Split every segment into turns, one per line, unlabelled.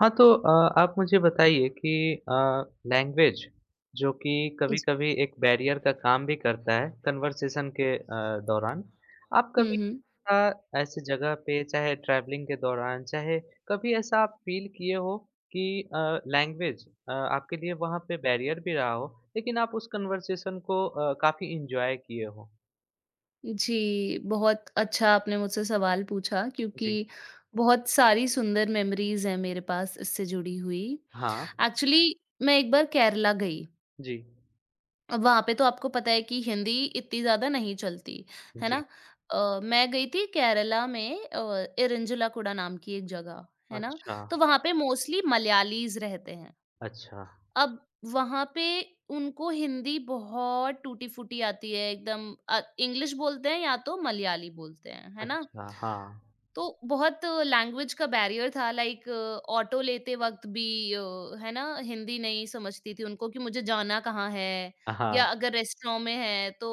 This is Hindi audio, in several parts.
हाँ, आप मुझे बताइए कि लैंग्वेज जो कि
जी।
कभी-कभी एक बैरियर का काम भी करता है कन्वर्सेशन के दौरान, आप
हुँ,
कभी
हुँ।
अ, ऐसी जगह पे चाहे ट्रैवलिंग के दौरान, चाहे कभी ऐसा आप फ़ील किए हो कि अ, लैंग्वेज आपके लिए वहाँ पे बैरियर भी रहा हो, लेकिन आप उस कन्वर्सेशन को काफ़ी एन्जॉय किए हो?
जी, बहुत अच्छा आपने मुझसे सवाल पूछा क्योंकि
जी।
बहुत सारी सुंदर मेमोरीज़ हैं मेरे पास इससे जुड़ी हुई।
हाँ।
एक्चुअली मैं एक बार केरला गई।
जी।
अब वहाँ पे तो आपको पता है कि हिंदी इतनी ज़्यादा नहीं चलती, है ना?
जी।
मैं गई थी केरला में इरिंजाला कुडा नाम की एक जगह, है ना?
अच्छा।
तो वहाँ पे मोस्टली मलयालीज़ रहते हैं।
अच्छा।
अब वहाँ पे उनको हिंदी बहुत टूटी-फूटी आती है एकदम इंग्लिश बोलते हैं या तो मलयाली बोलते हैं, है ना?
अच्छा, हाँ।
तो बहुत लैंग्वेज का बैरियर था लाइक ऑटो लेते वक्त भी है ना हिंदी नहीं समझती थी उनको कि मुझे जाना कहाँ है। या
हाँ।
अगर रेस्टोरेंट में है तो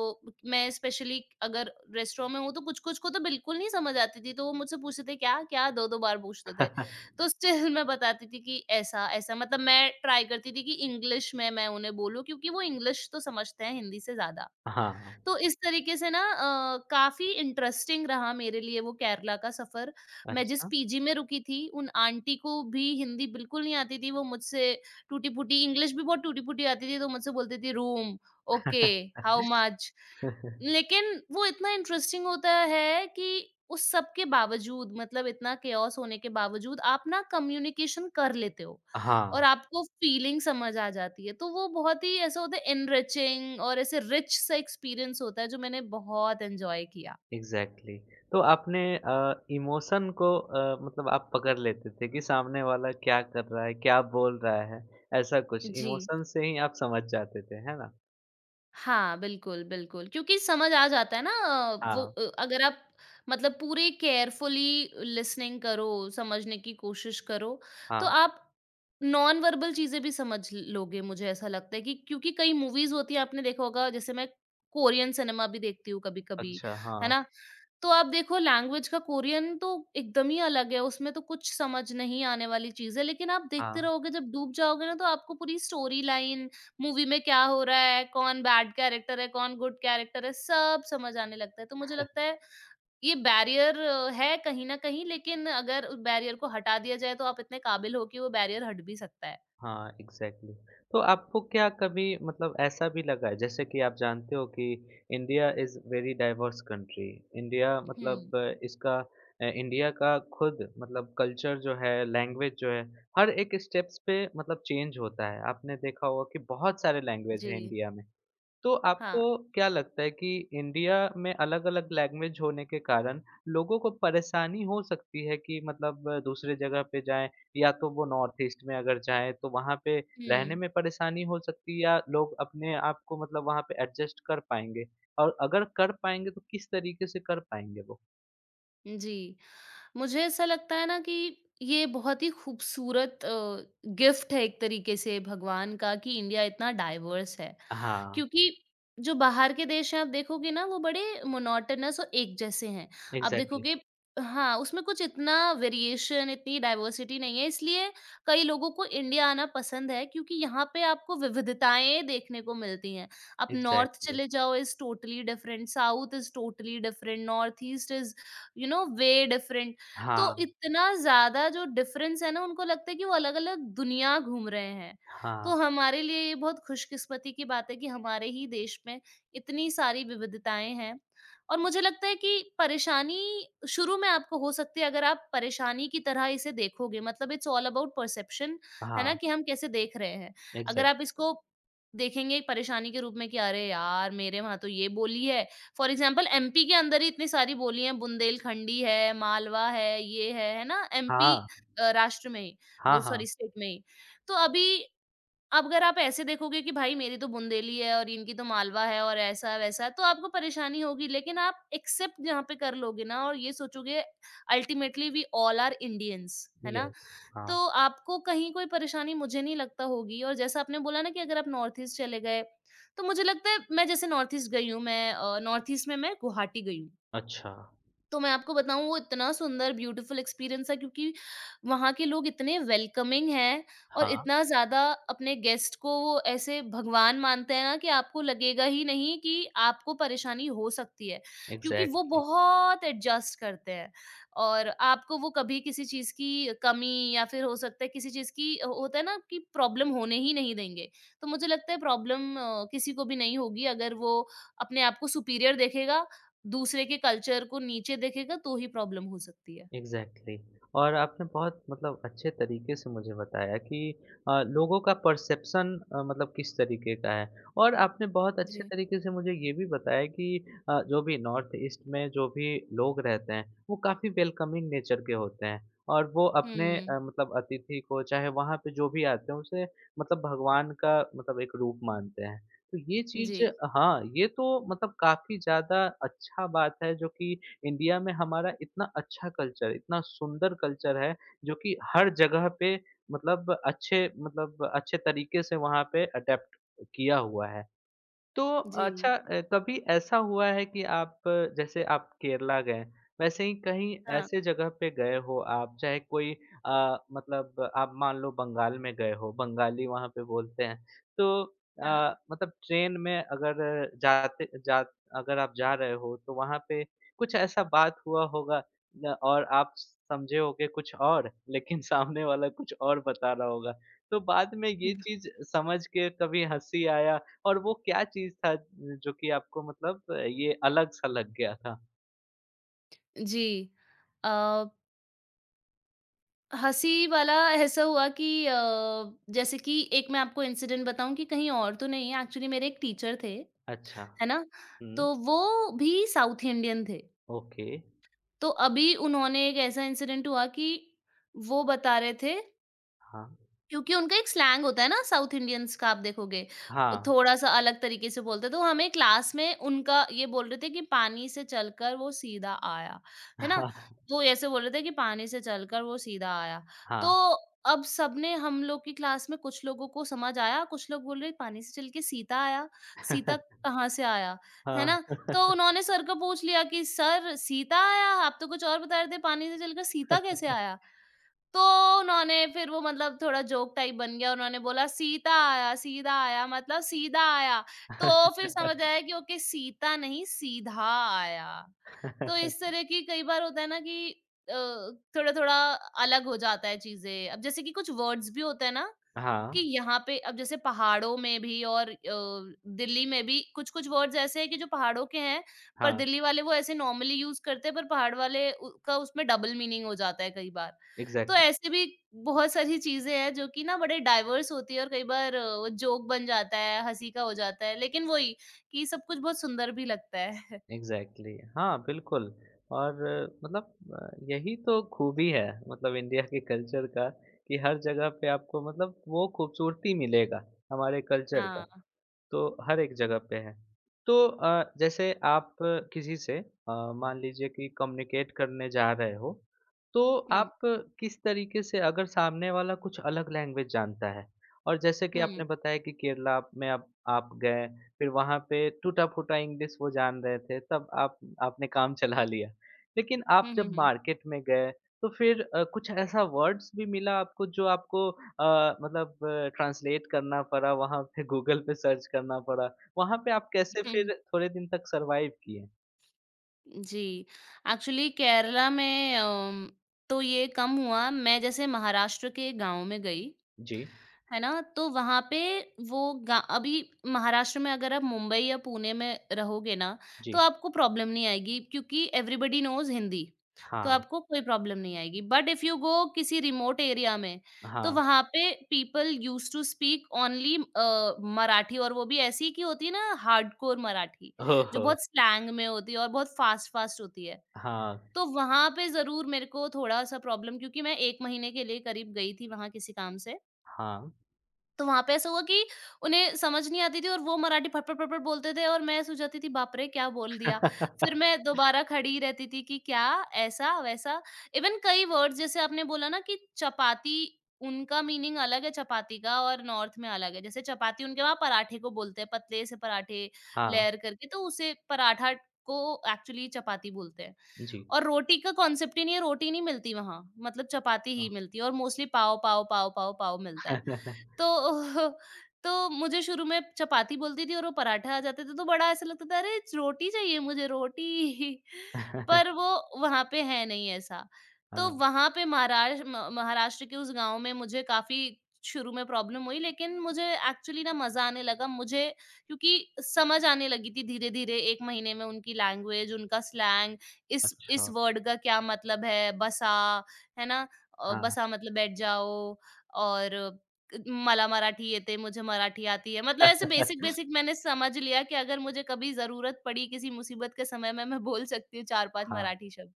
मैं स्पेशली अगर रेस्टोरेंट में हूँ तो कुछ कुछ को तो बिल्कुल नहीं समझ आती थी तो वो मुझसे पूछते थे क्या क्या दो दो बार पूछते थे। तो स्टिल मैं बताती थी कि ऐसा ऐसा मतलब मैं ट्राई करती थी कि इंग्लिश में मैं उन्हें बोलूँ क्योंकि वो इंग्लिश तो समझते हैं हिंदी से ज्यादा।
हाँ।
तो इस तरीके से ना काफ़ी इंटरेस्टिंग रहा मेरे लिए वो केरला का सफ़र। मैं जिस
अच्छा।
पीजी में रुकी थी, उन आंटी को भी हिंदी बिल्कुल नहीं आती थी। वो मुझसे टूटी-फूटी इंग्लिश भी बहुत टूटी-फूटी आती थी, तो मुझसे बोलती थी रूम, ओके, हाउ मच? लेकिन वो इतना इंटरेस्टिंग होता है कि उस सब के बावजूद मतलब इतना केओस होने के बावजूद आप ना कम्युनिकेशन कर लेते हो
हाँ,
और आपको फीलिंग समझ आ जाती है। तो वो बहुत ही ऐसा होता है एनरिचिंग और ऐसे रिच सा एक्सपीरियंस होता है जो मैंने बहुत एन्जॉय किया।
एग्ज़ैक्टली। तो आपने इमोशन को मतलब आप पकड़ लेते थे कि सामने वाला क्या कर रहा है, क्या बोल रहा है, ऐसा कुछ
जी।
इमोशन से ही आप समझ जाते थे, है ना?
हाँ, बिल्कुल, बिल्कुल। क्योंकि समझ आ जाता है ना वो
हाँ,
अगर आप मतलब पूरे केयरफुली लिसनिंग करो, समझने की कोशिश करो, तो
हाँ।
आप नॉन वर्बल चीज़ें भी समझ लोगे, मुझे ऐसा लगता है कि क्योंकि कई मूवीज़ होती हैं, आपने देखा होगा, जैसे मैं कोरियन सिनेमा भी देखती हूँ कभी-कभी,
अच्छा,
है
हाँ,
ना? तो आप देखो लैंग्वेज का कोरियन तो एकदम ही अलग है, उसमें तो कुछ समझ नहीं आने वाली चीज़ है, लेकिन आप देखते
हाँ।
रहोगे जब डूब जाओगे ना तो आपको पूरी स्टोरी लाइन, मूवी में क्या हो रहा है, कौन बैड कैरेक्टर है, कौन गुड कैरेक्टर है, सब समझ आने लगता है। तो मुझे लगता है ये बैरियर है कहीं न कहीं लेकिन अगर उस बैरियर को हटा दिया जाए तो आप इतने काबिल हो कि वो बैरियर हट भी सकता है।
हाँ, एग्ज़ैक्टली। तो आपको क्या कभी मतलब ऐसा भी लगा है जैसे कि आप जानते हो कि India is very diverse country. India मतलब
हुँ।
अ, इसका इंडिया का खुद मतलब कल्चर जो है, लैंग्वेज जो है, हर एक स्टेप्स पे मतलब चेंज होता है। आपने देखा होगा कि बहुत सारे लैंग्वेज
जी।
हैं इंडिया में। तो आपको
हाँ।
क्या लगता है कि इंडिया में अलग-अलग लैंग्वेज होने के कारण लोगों को परेशानी हो सकती है कि मतलब दूसरे जगह पे जाएँ या तो वो नॉर्थ ईस्ट में अगर जाएँ तो वहाँ पे रहने
हुँ।
में परेशानी हो सकती है या लोग अपने आप को मतलब वहाँ पे एडजस्ट कर पाएँगे? और अगर कर पाएँगे तो किस तरीके से कर पाएँगे वो?
जी। मुझे ऐसा लगता है ना कि ये बहुत ही खूबसूरत गिफ्ट है एक तरीके से भगवान का कि इंडिया इतना डाइवर्स है
हाँ,
क्योंकि जो बाहर के देश हैं आप देखोगे ना वो बड़े मोनोटोनस और एक जैसे हैं। आप
एग्ज़ैक्टली,
देखोगे हाँ, उसमें कुछ इतना वेरिएशन इतनी डाइवर्सिटी नहीं है इसलिए कई लोगों को इंडिया आना पसंद है क्योंकि यहाँ पे आपको विविधताएँ देखने को मिलती हैं। आप नॉर्थ
एग्ज़ैक्टली।
चले जाओ is totally different, south is totally different, north east is you know way different. तो
हाँ,
इतना ज़्यादा जो डिफरेंस है ना उनको लगता है कि वो अलग-अलग दुनिया घूम रहे हैं।
हाँ,
तो हमारे लिए ये बहुत खुशकिस्मती की बात है कि हमारे ही देश में इतनी सारी विविधताएँ हैं। और मुझे लगता है कि परेशानी शुरू में आपको हो सकती है अगर आप परेशानी की तरह इसे देखोगे मतलब इट्स ऑल अबाउट परसेप्शन। है ना?
हाँ,
कि हम कैसे देख रहे हैं। अगर
एग्ज़ैक्ट
आप इसको देखेंगे एक परेशानी के रूप में कि अरे यार! मेरे वहाँ तो ये बोली है। फॉर एग्ज़ाम्पल एमपी के अंदर ही इतनी सारी बोली हैं बुंदेलखंडी है, मालवा है, ये है ना? एमपी
हाँ,
राष्ट्र में ही
हाँ,
वो
हाँ,
सॉरी स्टेट में ही। तो अभी अब अगर आप ऐसे देखोगे कि भाई मेरी तो बुंदेली है और इनकी तो मालवा है और ऐसा वैसा तो आपको परेशानी होगी लेकिन आप एक्सेप्ट जहाँ पे कर लोगे ना और ये सोचोगे ultimately we all are Indians है ना
यस,
तो
हाँ,
आपको कहीं कोई परेशानी मुझे नहीं लगता होगी। और जैसा आपने बोला ना कि अगर आप नॉर्थ ईस्ट चले गए तो मुझे लगता है मैं जैसे नॉर्थ ईस्ट गई हूँ मैं नॉर्थ ईस्ट में मैं गुवाहाटी गई हूँ
अच्छा,
तो मैं आपको बताऊँ वो इतना सुंदर ब्यूटीफुल एक्सपीरियंस था क्योंकि वहाँ के लोग इतने वेलकमिंग हैं और
हाँ,
इतना ज़्यादा अपने गेस्ट को वो ऐसे भगवान मानते हैं ना कि आपको लगेगा ही नहीं कि आपको परेशानी हो सकती है। क्योंकि वो
एग्ज़ैक्टली।
बहुत एडजस्ट करते हैं और आपको वो कभी किसी चीज़ की कमी या फिर हो सकता है किसी चीज़ की होता है ना कि प्रॉब्लम होने ही नहीं देंगे। तो मुझे लगता है प्रॉब्लम किसी को भी नहीं होगी अगर वो अपने आप को सुपीरियर देखेगा दूसरे के कल्चर को नीचे देखेगा तो ही प्रॉब्लम हो सकती है।
एग्ज़ैक्टली और आपने बहुत मतलब अच्छे तरीके से मुझे बताया कि लोगों का परसेप्शन मतलब किस तरीके का है और आपने बहुत अच्छे
जी।
तरीके से मुझे ये भी बताया कि जो भी नॉर्थ ईस्ट में जो भी लोग रहते हैं, वो काफ़ी वेलकमिंग नेचर के होते हैं और वो अपने
हुँ।
अ, मतलब अतिथि को चाहे वहाँ पे जो भी आते हैं, उसे मतलब भगवान का मतलब एक रूप मानते हैं। तो ये चीज़
जी,
हाँ, ये तो मतलब काफ़ी ज़्यादा अच्छा बात है जो कि इंडिया में हमारा इतना अच्छा कल्चर, इतना सुंदर कल्चर है जो कि हर जगह पे मतलब अच्छे तरीके से वहाँ पे अडैप्ट किया हुआ है। तो
जी।
अच्छा कभी ऐसा हुआ है कि आप जैसे आप केरला गए, वैसे ही कहीं
हाँ,
ऐसे जगह पे गए हो आप चाहे कोई मतलब आप मान लो बंगाल में गए हो, बंगाली वहाँ पे बोलते हैं। तो
हाँ।
अ, मतलब ट्रेन में अगर जाते जा अगर आप जा रहे हो तो वहाँ पे कुछ ऐसा बात हुआ होगा न और आप समझे होगे कुछ और, लेकिन सामने वाला कुछ और बता रहा होगा। तो बाद में ये चीज़ समझ के कभी हँसी आया और वो क्या चीज़ था जो कि आपको मतलब ये अलग-सा लग गया था?
जी। अ, हँसी वाला ऐसा हुआ कि जैसे कि एक मैं आपको इंसिडेंट बताऊँ कि कहीं और तो नहीं है एक्चुअली मेरे एक टीचर थे,
अच्छा।
है ना?
हुँ,
तो वो भी साउथ इंडियन थे।
ओके।
तो अभी उन्होंने एक ऐसा इंसिडेंट हुआ कि वो बता रहे थे
हाँ।
क्योंकि उनका एक स्लैंग होता है ना साउथ इंडियंस का आप देखोगे,
हाँ।
थोड़ा-सा अलग तरीके से बोलते हैं, तो हमें क्लास में उनका ये बोल रहे थे कि पानी से चलकर वो सीधा आया, है ना?
हाँ,
तो वो ऐसे बोल रहे थे कि पानी से चलकर वो सीधा आया। तो
हाँ।
अब सबने हम लोग की क्लास में कुछ लोगों को समझ आया, कुछ लोग बोल रहे पानी से चल के सीता आया, सीता कहाँ से आया, है ना?
हाँ।
तो उन्होंने सर को पूछ लिया कि सर सीता आया, आप तो कुछ और बता रहे थे, पानी से चलकर सीता कैसे आया? तो उन्होंने फिर वो मतलब थोड़ा जोक टाइप बन गया, उन्होंने बोला सीता आया, सीधा आया मतलब सीधा आया, तो फिर समझ आया कि ओके सीता नहीं सीधा आया। तो इस तरह की कई बार होता है ना कि अ, थोड़ा-थोड़ा अलग हो जाता है चीज़ें। अब जैसे कि कुछ वर्ड्स भी होते हैं ना
हाँ,
कि यहाँ पे अब जैसे पहाड़ों में भी और दिल्ली में भी कुछ-कुछ वर्ड्स ऐसे हैं कि जो पहाड़ों के हैं, पर
हाँ।
दिल्ली वाले वो ऐसे नॉर्मली यूज़ करते हैं, पर पहाड़ वाले उ का उसमें डबल मीनिंग हो जाता है कई बार। तो
एग्ज़ैक्टली,
ऐसे भी बहुत सारी चीज़ें हैं जो कि ना बड़े डाइवर्स होती है और कई बार वो जोक बन जाता है, हँसी का हो जाता है, लेकिन वही कि सब कुछ बहुत सुंदर भी लगता है।
एग्ज़ैक्टली। हाँ, बिल्कुल और यही तो खूबी है मतलब इंडिया के कल्चर का कि हर जगह पे आपको मतलब वो खूबसूरती मिलेगा हमारे कल्चर का।
हाँ।
तो हर एक जगह पे है। तो जैसे आप किसी से मान लीजिए कि कम्युनिकेट करने जा रहे हो, तो
हुँ,
आप किस तरीके से अगर सामने वाला कुछ अलग लैंग्वेज जानता है और जैसे कि
हुँ।
आपने बताया कि केरला में आप गए, फिर वहाँ पे टूटा-फूटा इंग्लिश वो जान रहे थे, तब आप आपने काम चला लिया। लेकिन आप
हुँ,
जब
हुँ,
मार्केट में गए तो फिर कुछ ऐसा वर्ड्स भी मिला आपको जो आपको मतलब ट्रांसलेट करना पड़ा वहाँ पे गूगल पे सर्च करना पड़ा। वहाँ पे आप कैसे
हुँ।
फिर थोड़े दिन तक सर्वाइव किए?
जी, एक्चुअली केरला में तो ये कम हुआ, मैं जैसे महाराष्ट्र के गाँव में गई,
जी,
है ना? तो वहाँ पे वो गा अभी महाराष्ट्र में अगर आप मुंबई या पुणे में रहोगे ना, तो
जी।
आपको प्रॉब्लम नहीं आएगी क्योंकि एवरीबॉडी नोज़ हिंदी, तो
हाँ,
आपको कोई प्रॉब्लम नहीं आएगी। बट इफ यू गो किसी रिमोट एरिया में, तो
हाँ।
वहाँ पे people used to speak only Marathi और वो भी ऐसी की होती है ना हार्डकोर मराठी।
हो,
जो
हो।
बहुत स्लैंग में होती है और बहुत फास्ट-फास्ट होती है।
हाँ,
तो वहाँ पे ज़रूर मेरे को थोड़ा-सा प्रॉब्लम क्योंकि मैं 1 महीने के लिए करीब गई थी वहाँ किसी काम से।
हाँ।
तो वहाँ पे ऐसा हुआ कि उन्हें समझ नहीं आती थी और वो मराठी फटफट फटफट बोलते थे और मैं सोच जाती थी बाप रे! क्या बोल दिया। फिर मैं दोबारा खड़ी ही रहती थी कि क्या, ऐसा, वैसा। इवन कई वर्ड्स जैसे आपने बोला ना कि चपाती उनका मीनिंग अलग है चपाती का और नॉर्थ में अलग है। जैसे चपाती उनके वहाँ पराठे को बोलते हैं, पतले से पराठे
हाँ,
लेयर करके तो उसे पराठा को एक्चुअली चपाती बोलते हैं।
जी।
और रोटी का कॉन्सेप्ट ही नहीं है, रोटी नहीं मिलती वहाँ, मतलब चपाती ही
हाँ।
मिलती है और मोस्टली पाव, पाव, पाव, पाव, पाव मिलता है। तो तो मुझे शुरू में चपाती बोलती थी और वो पराठा आ जाते थे तो बड़ा ऐसा लगता था अरे रोटी चाहिए मुझे रोटी पर वो वहां पे है नहीं ऐसा। तो
हाँ,
वहां पे महाराष्ट्र महाराष्ट्र के उस गांव में मुझे काफी शुरू में प्रॉब्लम हुई लेकिन मुझे एक्चुअली ना मजा आने लगा मुझे क्योंकि समझ आने लगी थी धीरे धीरे एक महीने में उनकी लैंग्वेज उनका स्लैंग इस
अच्छा।
वर्ड का क्या मतलब है बसा है ना
हाँ।
बसा मतलब बैठ जाओ। और मला मराठी येते, मुझे मराठी आती है, मतलब ऐसे बेसिक-बेसिक मैंने समझ लिया कि अगर मुझे कभी ज़रूरत पड़ी किसी मुसीबत के समय में, मैं बोल सकती हूँ 4-5
हाँ।
मराठी शब्द।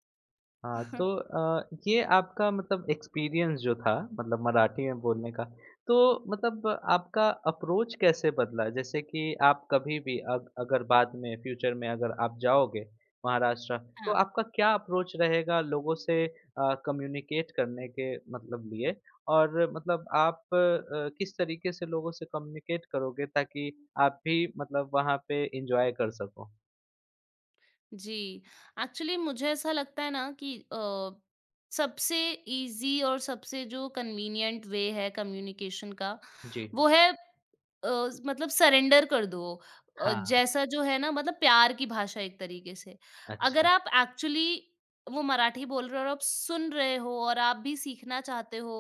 हाँ, तो अ, ये आपका मतलब एक्सपीरियंस जो था मतलब मराठी में बोलने का, तो मतलब आपका अप्रोच कैसे बदला? जैसे कि आप कभी भी अग अगर बाद में फ्यूचर में अगर आप जाओगे महाराष्ट्र, तो
हाँ।
आपका क्या अप्रोच रहेगा लोगों से कम्युनिकेट करने के मतलब लिए? और मतलब आप किस तरीके से लोगों से कम्युनिकेट करोगे ताकि आप भी मतलब वहाँ पे एन्जॉय कर सको?
जी एक्चुअली मुझे ऐसा लगता है ना कि सबसे इजी और सबसे जो कन्वीनियंट वे है कम्युनिकेशन का
जी।
वो है मतलब सरेंडर कर दो
हाँ,
जैसा जो है ना मतलब प्यार की भाषा एक तरीके से। अगर
अच्छा।
आप एक्चुअली वो मराठी बोल रहे हो और आप सुन रहे हो और आप भी सीखना चाहते हो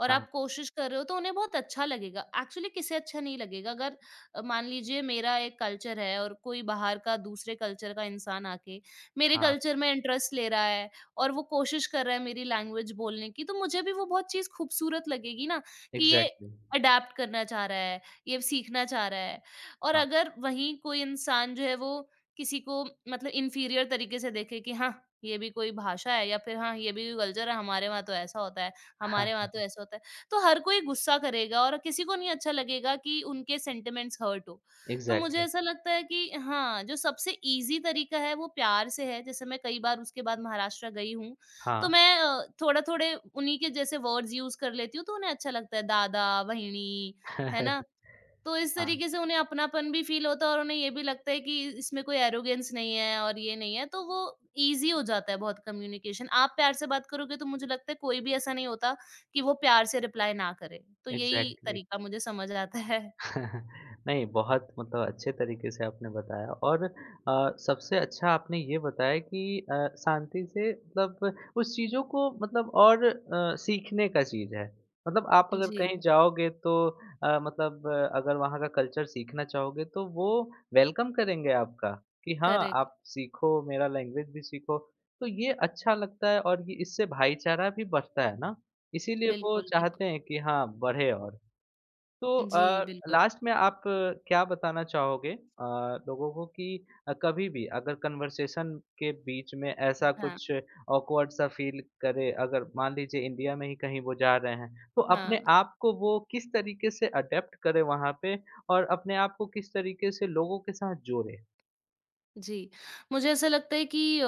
और
हाँ,
आप कोशिश कर रहे हो तो उन्हें बहुत अच्छा लगेगा एक्चुअली किसे अच्छा नहीं लगेगा अगर मान लीजिए मेरा एक कल्चर है और कोई बाहर का दूसरे कल्चर का इंसान आके मेरे
हाँ,
कल्चर में इंटरेस्ट ले रहा है और वो कोशिश कर रहा है मेरी लैंग्वेज बोलने की, तो मुझे भी वो बहुत चीज़ खूबसूरत लगेगी ना कि ये
एग्ज़ैक्टली।
अडैप्ट करना चाह रहा है, ये सीखना चाह रहा है। और
हाँ,
अगर वहीं कोई इंसान जो है वो किसी को मतलब इन्फीरियर तरीके से देखे कि हाँ, ये भी कोई भाषा है या फिर हाँ, ये भी कोई कल्चर है, हमारे वहाँ तो ऐसा होता है, हमारे वहाँ तो ऐसा होता है। तो हर कोई गुस्सा करेगा और किसी को नहीं अच्छा लगेगा कि उनके सेंटिमेंट्स हर्ट हो। तो मुझे
exactly.
ऐसा लगता है कि हाँ, जो सबसे ईज़ी तरीका है वो प्यार से है, जैसे मैं कई बार उसके बाद महाराष्ट्र गई हूँ,
हाँ,
तो मैं थोड़ा-थोड़े उन्हीं के जैसे वर्ड्स यूज़ कर लेती हूँ, तो उन्हें अच्छा लगता है दादा, वहिनी, है ना? तो इस
हाँ,
तरीके से उन्हें अपनापन भी फ़ील होता है और उन्हें ये भी लगता है कि इसमें कोई एरोगेंस नहीं है और ये नहीं है, तो वो ईज़ी हो जाता है बहुत कम्युनिकेशन। आप प्यार से बात करोगे तो मुझे लगता है कोई भी ऐसा नहीं होता कि वो प्यार से रिप्लाई ना करे। तो यही
exactly.
तरीका मुझे समझ आता है।
नहीं, बहुत मतलब अच्छे तरीके से आपने बताया और सबसे अच्छा आपने ये बताया कि अ, शांति से मतलब उस चीज़ों को मतलब और सीखने का चीज़ है। मतलब आप अगर
जी,
कहीं जाओगे तो अगर वहाँ का कल्चर सीखना चाहोगे तो वो वेलकम करेंगे आपका कि हाँ,
करेक्ट।
आप सीखो, मेरा लैंग्वेज भी सीखो। तो ये अच्छा लगता है और ये इससे भाईचारा भी बढ़ता है ना, इसीलिए वो
बिल्कुल,
चाहते
बिल्कुल।
हैं कि हाँ, बढ़े और। तो
जी, बिल्कुल।
लास्ट में आप क्या बताना चाहोगे लोगों को कि कभी भी अगर कन्वर्सेशन के बीच में ऐसा
हाँ,
कुछ ऑकवर्ड सा फील करे, अगर मान लीजिए इंडिया में ही कहीं वो जा रहे हैं, तो अपने
हाँ।
आप को वो किस तरीके से अडेप्ट करें वहाँ पे और अपने आप को किस तरीके से लोगों के साथ जोड़े?
जी, मुझे ऐसा लगता है कि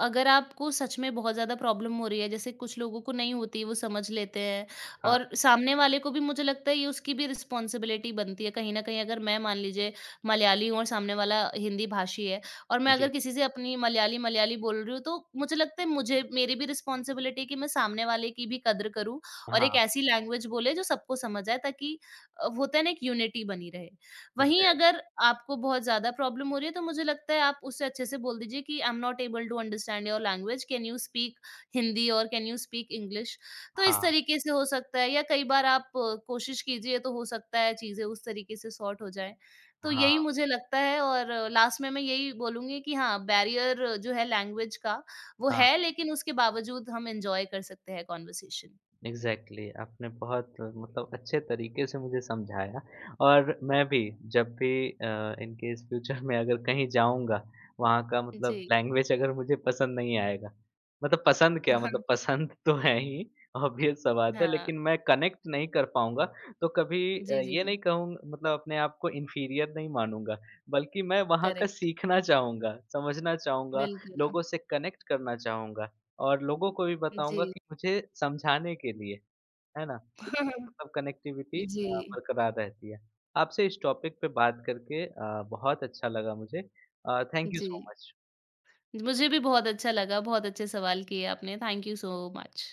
अगर आपको सच में बहुत ज़्यादा प्रॉब्लम हो रही है, जैसे कुछ लोगों को नहीं होती, वो समझ लेते हैं
हाँ,
और सामने वाले को भी मुझे लगता है ये उसकी भी रिस्पॉन्सिबिलिटी बनती है कहीं न कहीं अगर मैं मान लीजिए मलयाली हूँ और सामने वाला हिंदी भाषी है और मैं अगर
जी।
किसी से अपनी मलयाली, मलयाली बोल रही हूँ तो मुझे लगता है मुझे मेरी भी रिस्पॉन्सिबिलिटी है कि मैं सामने वाले की भी कद्र करूँ। और
हाँ,
एक ऐसी लैंग्वेज बोले जो सबको समझ आए ताकि होता है ना एक यूनिटी बनी रहे। वहीं
एग्ज़ैक्ट
अगर आपको बहुत ज़्यादा प्रॉब्लम हो रही है, तो मुझे लगता है आप उससे अच्छे से बोल दीजिए कि I am not able to understand your language, can you speak Hindi और कैन यू स्पीक इंग्लिश? तो इस
हाँ,
तरीके से हो सकता है या कई बार आप कोशिश कीजिए तो हो सकता है चीज़ें उस तरीके से सॉर्ट हो जाएँ। तो यही
हाँ,
मुझे लगता है और लास्ट में मैं यही बोलूँगी कि हाँ, बैरियर जो है लैंग्वेज का वो
हाँ।
है लेकिन उसके बावजूद हम एन्जॉय कर सकते हैं कन्वर्सेशन।
एग्ज़ैक्टली आपने बहुत मतलब अच्छे तरीके से मुझे समझाया और मैं भी जब भी इन केस फ्यूचर में अगर कहीं जाऊँगा, वहाँ का मतलब
जी।
लैंग्वेज अगर मुझे पसंद नहीं आएगा, मतलब पसंद क्या मतलब पसंद तो है ही, ऑब्वियस सा बात है
हाँ,
लेकिन मैं कनेक्ट नहीं कर पाऊँगा, तो कभी
जी, जी,
ये
जी।
नहीं कहूँगा मतलब अपने आप को इन्फीरियर नहीं मानूँगा, बल्कि मैं वहाँ का
करेक्ट,
सीखना चाहूँगा, समझना चाहूँगा,
बिल्कुल।
लोगों से कनेक्ट करना चाहूँगा। और लोगों को भी बताऊँगा
जी।
कि मुझे समझाने के लिए, है ना? इससे मतलब कनेक्टिविटी
जी,
बरकरार रहती है। आपसे इस टॉपिक पे बात करके बहुत अच्छा लगा मुझे। थैंक यू सो
जी।
मच।
मुझे भी बहुत अच्छा लगा, बहुत अच्छे सवाल किए आपने। Thank you so much.